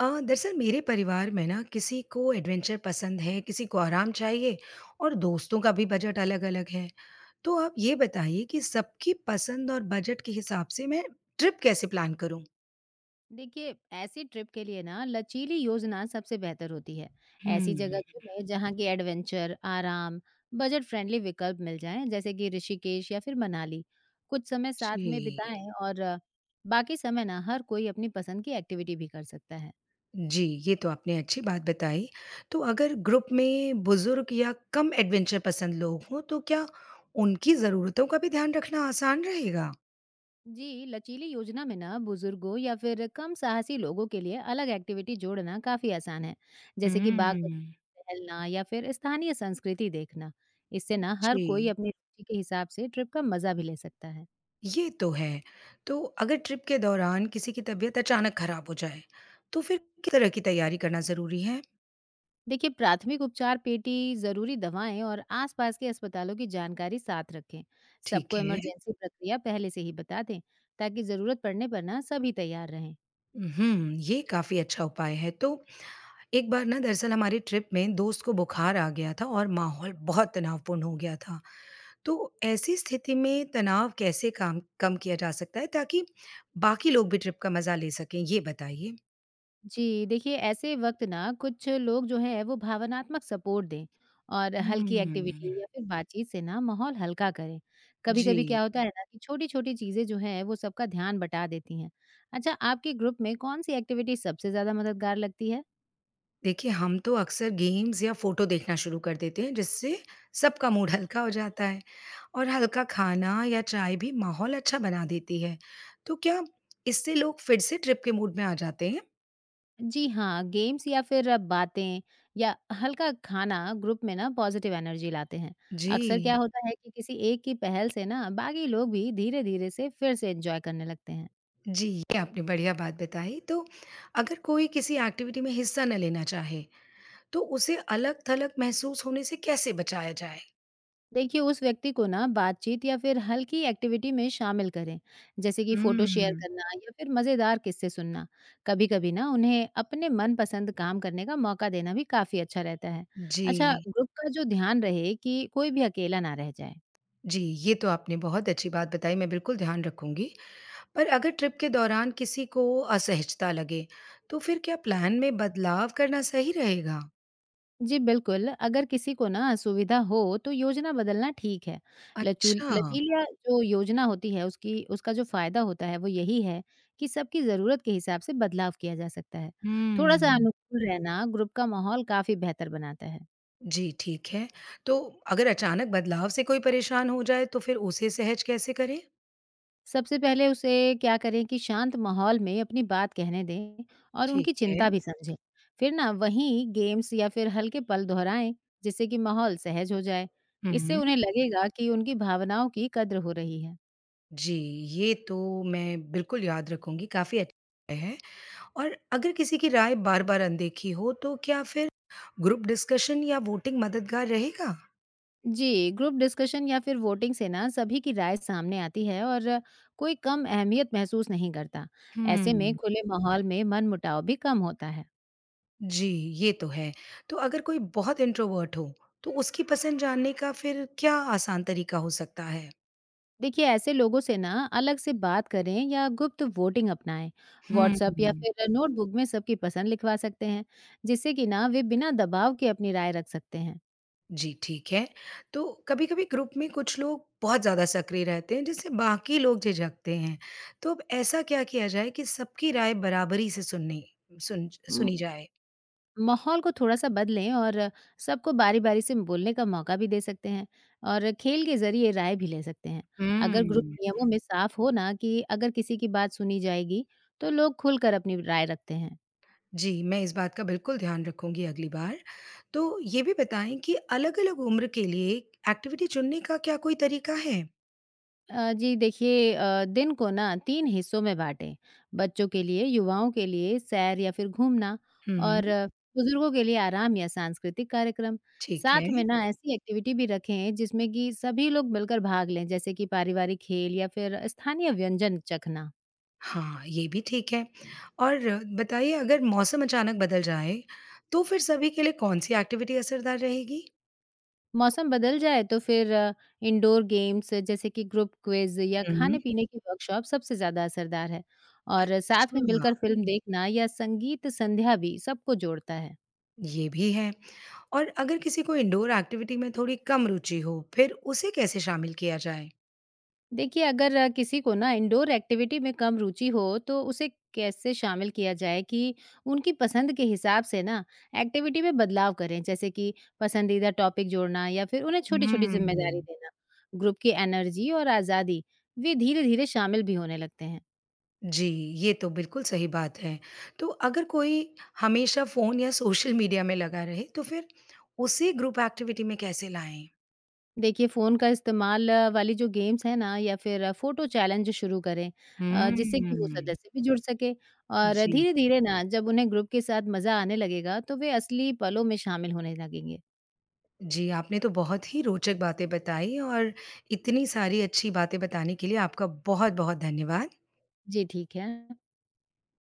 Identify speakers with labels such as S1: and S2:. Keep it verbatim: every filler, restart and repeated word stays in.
S1: अ, दरअसल मेरे परिवार में ना किसी को एडवेंचर पसंद है, किसी को आराम चाहिए और दोस्तों का भी बजट अलग-अलग है। तो आप ये बताइए कि सबकी पसंद और बजट के हिसाब से मैं ट्रिप कैसे प्लान करूँ?
S2: देखिए, ऐसी ट्रिप के लिए ना लचीली योजना सबसे बेहतर होती है। ऐसी जगह
S1: हुँ।
S2: चुने जहाँ की एडवेंचर, आराम, बजट फ्रेंडली विकल्प मिल जाएं, जैसे कि ऋषिकेश या फिर मनाली। कुछ समय साथ में
S1: जी।
S2: बिताएं और अ, बाकी समय ना हर कोई अपनी पसंद की एक्टिविटी भी कर सकता है।
S1: जी, ये तो आपने अच्छी बात बताई। तो अगर ग्रुप में बुज़ुर्ग या कम एडवेंचर पसंद लोग हों, तो क्या उनकी ज़रूरतों का भी ध्यान रखना आसान रहेगा?
S2: जी, लचीली योजना में ना बुजुर्गों या फिर कम साहसी लोगों के लिए अलग एक्टिविटी जोड़ना काफी आसान है। जैसे कि बाग
S1: हुँ।
S2: बगीचे टहलना या फिर स्थानीय संस्कृति देखना। इससे ना हर कोई
S1: जी।
S2: अपनी रुचि के हिसाब से ट्रिप का मजा भी ले सकता है।
S1: ये तो है। तो अगर ट्रिप के दौरान किसी की तबीयत अचानक खराब हो जाए, तो फिर किस तरह की तैयारी करना ज़रूरी है?
S2: देखिए, प्राथमिक उपचार पेटी, जरूरी दवाएं और आसपास के अस्पतालों की जानकारी साथ रखें।
S1: ठीक
S2: सबको
S1: है।
S2: इमरजेंसी प्रक्रिया पहले से ही बता दें, ताकि जरूरत पड़ने पर ना सभी तैयार रहें।
S1: हुँ, ये काफ़ी अच्छा उपाय है। तो एक बार ना दरअसल हमारी ट्रिप में दोस्त को बुखार आ गया था और माहौल बहुत तनावपूर्ण हो गया था। तो ऐसी स्थिति में तनाव कैसे काम कम किया जा सकता है ताकि बाकी लोग भी ट्रिप का मज़ा ले सकें? ये बताइए।
S2: जी, देखिए ऐसे वक़्त ना कुछ लोग जो हैं वो भावनात्मक सपोर्ट दें और हल्की एक्टिविटी
S1: हुँ।
S2: या फिर बातचीत से ना माहौल हल्का करें।
S1: जी।
S2: कभी-कभी क्या होता है ना कि छोटी-छोटी चीज़ें जो हैं वो सबका ध्यान बटा देती हैं। अच्छा, आपके ग्रुप में कौन-सी एक्टिविटी सबसे ज़्यादा मददगार लगती है?
S1: देखिए, हम तो अक्सर गेम्स या फ़ोटो देखना शुरू कर देते हैं, जिससे सबका मूड हल्का हो जाता है और हल्का खाना या चाय भी माहौल अच्छा बना देती है। तो क्या इससे लोग फिर से ट्रिप के मूड में आ जाते हैं?
S2: जी हाँ, गेम्स या फिर अ, बातें या हल्का खाना ग्रुप में ना पॉजिटिव एनर्जी लाते हैं।
S1: जी।
S2: अक्सर क्या होता है कि किसी एक की पहल से ना बाकी लोग भी धीरे-धीरे से फिर से एन्जॉय करने लगते हैं।
S1: जी, ये आपने बढ़िया बात बताई। तो अगर कोई किसी एक्टिविटी में हिस्सा न लेना चाहे, तो उसे अलग-थलग महसूस होने से कैसे बचाया जाए?
S2: देखिए, उस व्यक्ति को ना बातचीत या फिर हल्की एक्टिविटी में शामिल करें। जैसे कि फोटो शेयर
S1: हुँ।
S2: करना या फिर मजेदार किस्से सुनना। कभी कभी ना उन्हें अपने मनपसंद काम करने का मौका देना भी काफी अच्छा रहता है।
S1: जी।
S2: अच्छा, ग्रुप का जो ध्यान रहे कि कोई भी अकेला ना रह जाए।
S1: जी, ये तो आपने बहुत अच्छी बात बताई, मैं बिल्कुल ध्यान रखूँगी। पर अगर ट्रिप के दौरान किसी को असहजता लगे, तो फिर क्या प्लान में बदलाव करना सही रहेगा?
S2: जी बिल्कुल, अगर किसी को ना असुविधा हो तो योजना बदलना ठीक है। लचूल
S1: अच्छा।
S2: लचीला जो योजना होती है उसकी उसका जो फ़ायदा होता है वो यही है कि सबकी ज़रूरत के हिसाब से बदलाव किया जा सकता है। थोड़ा-सा हुँ।
S1: हुँ।
S2: अनुकूल रहना ग्रुप का माहौल काफ़ी बेहतर बनाता है।
S1: जी, ठीक है। तो अगर अचानक बदलाव से कोई परेशान हो जाए, तो फिर उसे सहज कैसे करें?
S2: सबसे पहले उसे क्या करें कि शांत माहौल में अपनी बात कहने दें और
S1: ठीक
S2: उनकी
S1: है।
S2: चिंता भी समझें। फिर ना वहीं गेम्स या फिर हल्के पल दोहराएँ, जिससे कि माहौल सहज हो जाए। इससे
S1: हुँ।
S2: उन्हें लगेगा कि उनकी भावनाओं की कद्र हो रही है।
S1: जी, ये तो मैं बिल्कुल याद रखूँगी, काफ़ी अच्छा है और अगर किसी की राय बार-बार अनदेखी हो, तो क्या फिर ग्रुप डिस्कशन या वोटिंग मददगार रहेगा?
S2: जी, ग्रुप डिस्कशन या फिर वोटिंग से ना सभी की राय सामने आती है और कोई कम अहमियत महसूस नहीं करता। ऐसे में
S1: हुँ।
S2: खुले माहौल में मनमुटाव भी कम होता है।
S1: जी, ये तो है। तो अगर कोई बहुत इंट्रोवर्ट हो, तो उसकी पसंद जानने का फिर क्या आसान तरीका हो सकता है?
S2: देखिए, ऐसे लोगों से ना अलग से बात करें या गुप्त वोटिंग अपनाएं। व्हाट्सएप या
S1: हम्म।
S2: फिर नोटबुक में सबकी पसंद लिखवा सकते हैं, जिससे कि ना वे बिना दबाव के अपनी राय रख सकते हैं।
S1: जी, ठीक है। तो कभी-कभी ग्रुप में कुछ लोग बहुत ज़्यादा सक्रिय रहते हैं, जिससे बाकी लोग झिझकते हैं। तो अब ऐसा क्या किया जाए कि सबकी राय बराबरी से सुननी सुन सुनी जाए?
S2: माहौल को थोड़ा-सा बदलें और सबको बारी-बारी से बोलने का मौका भी दे सकते हैं और खेल के ज़रिए राय भी ले सकते हैं। अगर ग्रुप
S1: हम्म।
S2: नियमों में साफ हो ना कि अगर किसी की बात सुनी जाएगी, तो लोग खुलकर अपनी राय रखते हैं।
S1: जी, मैं इस बात का बिल्कुल ध्यान रखूँगी अगली बार। तो ये भी बताएँ कि अलग-अलग उम्र के लिए एक्टिविटी चुनने का क्या कोई तरीका है?
S2: अ, जी देखिए, अ, दिन को ना तीन हिस्सों में बाँटें। बच्चों के लिए, युवाओं के लिए सैर या फिर घूमना
S1: हुँ।
S2: और अ, बुजुर्गों के लिए आराम या सांस्कृतिक कार्यक्रम।
S1: ठीक है।
S2: साथ में ना ऐसी एक्टिविटी भी रखें जिसमें कि सभी लोग मिलकर भाग लें, जैसे कि पारिवारिक खेल या फिर स्थानीय व्यंजन चखना।
S1: हाँ, ये भी ठीक है और बताइए अगर मौसम अचानक बदल जाए, तो फिर सभी के लिए कौन-सी एक्टिविटी असरदार रहेगी?
S2: मौसम बदल जाए तो फिर अ, इंडोर गेम्स जैसे कि ग्रुप क्विज़ या
S1: हुँ।
S2: खाने-पीने की वर्कशॉप सबसे ज़्यादा असरदार है और साथ
S1: अच्छा,
S2: में मिलकर फ़िल्म देखना या संगीत संध्या भी सबको जोड़ता है।
S1: ये भी है और अगर किसी को इंडोर एक्टिविटी में थोड़ी कम रुचि हो, फिर उसे कैसे शामिल किया जाए?
S2: देखिए, अगर अ, किसी को ना इंडोर एक्टिविटी में कम रुचि हो, तो उसे कैसे शामिल किया जाए कि उनकी पसंद के हिसाब से ना एक्टिविटी में बदलाव करें? जैसे कि पसंदीदा टॉपिक जोड़ना या फिर उन्हें छोटी-छोटी
S1: हुँ।
S2: जिम्मेदारी देना। ग्रुप की एनर्जी और आज़ादी, वे धीरे-धीरे शामिल भी होने लगते हैं।
S1: जी, ये तो बिल्कुल सही बात है। तो अगर कोई हमेशा फ़ोन या सोशल मीडिया में लगा रहे, तो फिर उसे ग्रुप एक्टिविटी में कैसे लाएँ?
S2: देखिए, फ़ोन का इस्तेमाल अ, वाली जो गेम्स हैं ना या फिर फ़ोटो चैलेंज शुरू करें, अ,
S1: हुँ,
S2: जिससे कि वो सदस्य भी जुड़ सके और
S1: जी।
S2: धीरे-धीरे ना जब उन्हें ग्रुप के साथ मज़ा आने लगेगा तो वे असली पलों में शामिल होने लगेंगे।
S1: जी, आपने तो बहुत ही रोचक बातें बताई और इतनी सारी अच्छी बातें बताने के लिए आपका बहुत-बहुत धन्यवाद।
S2: जी, ठीक है।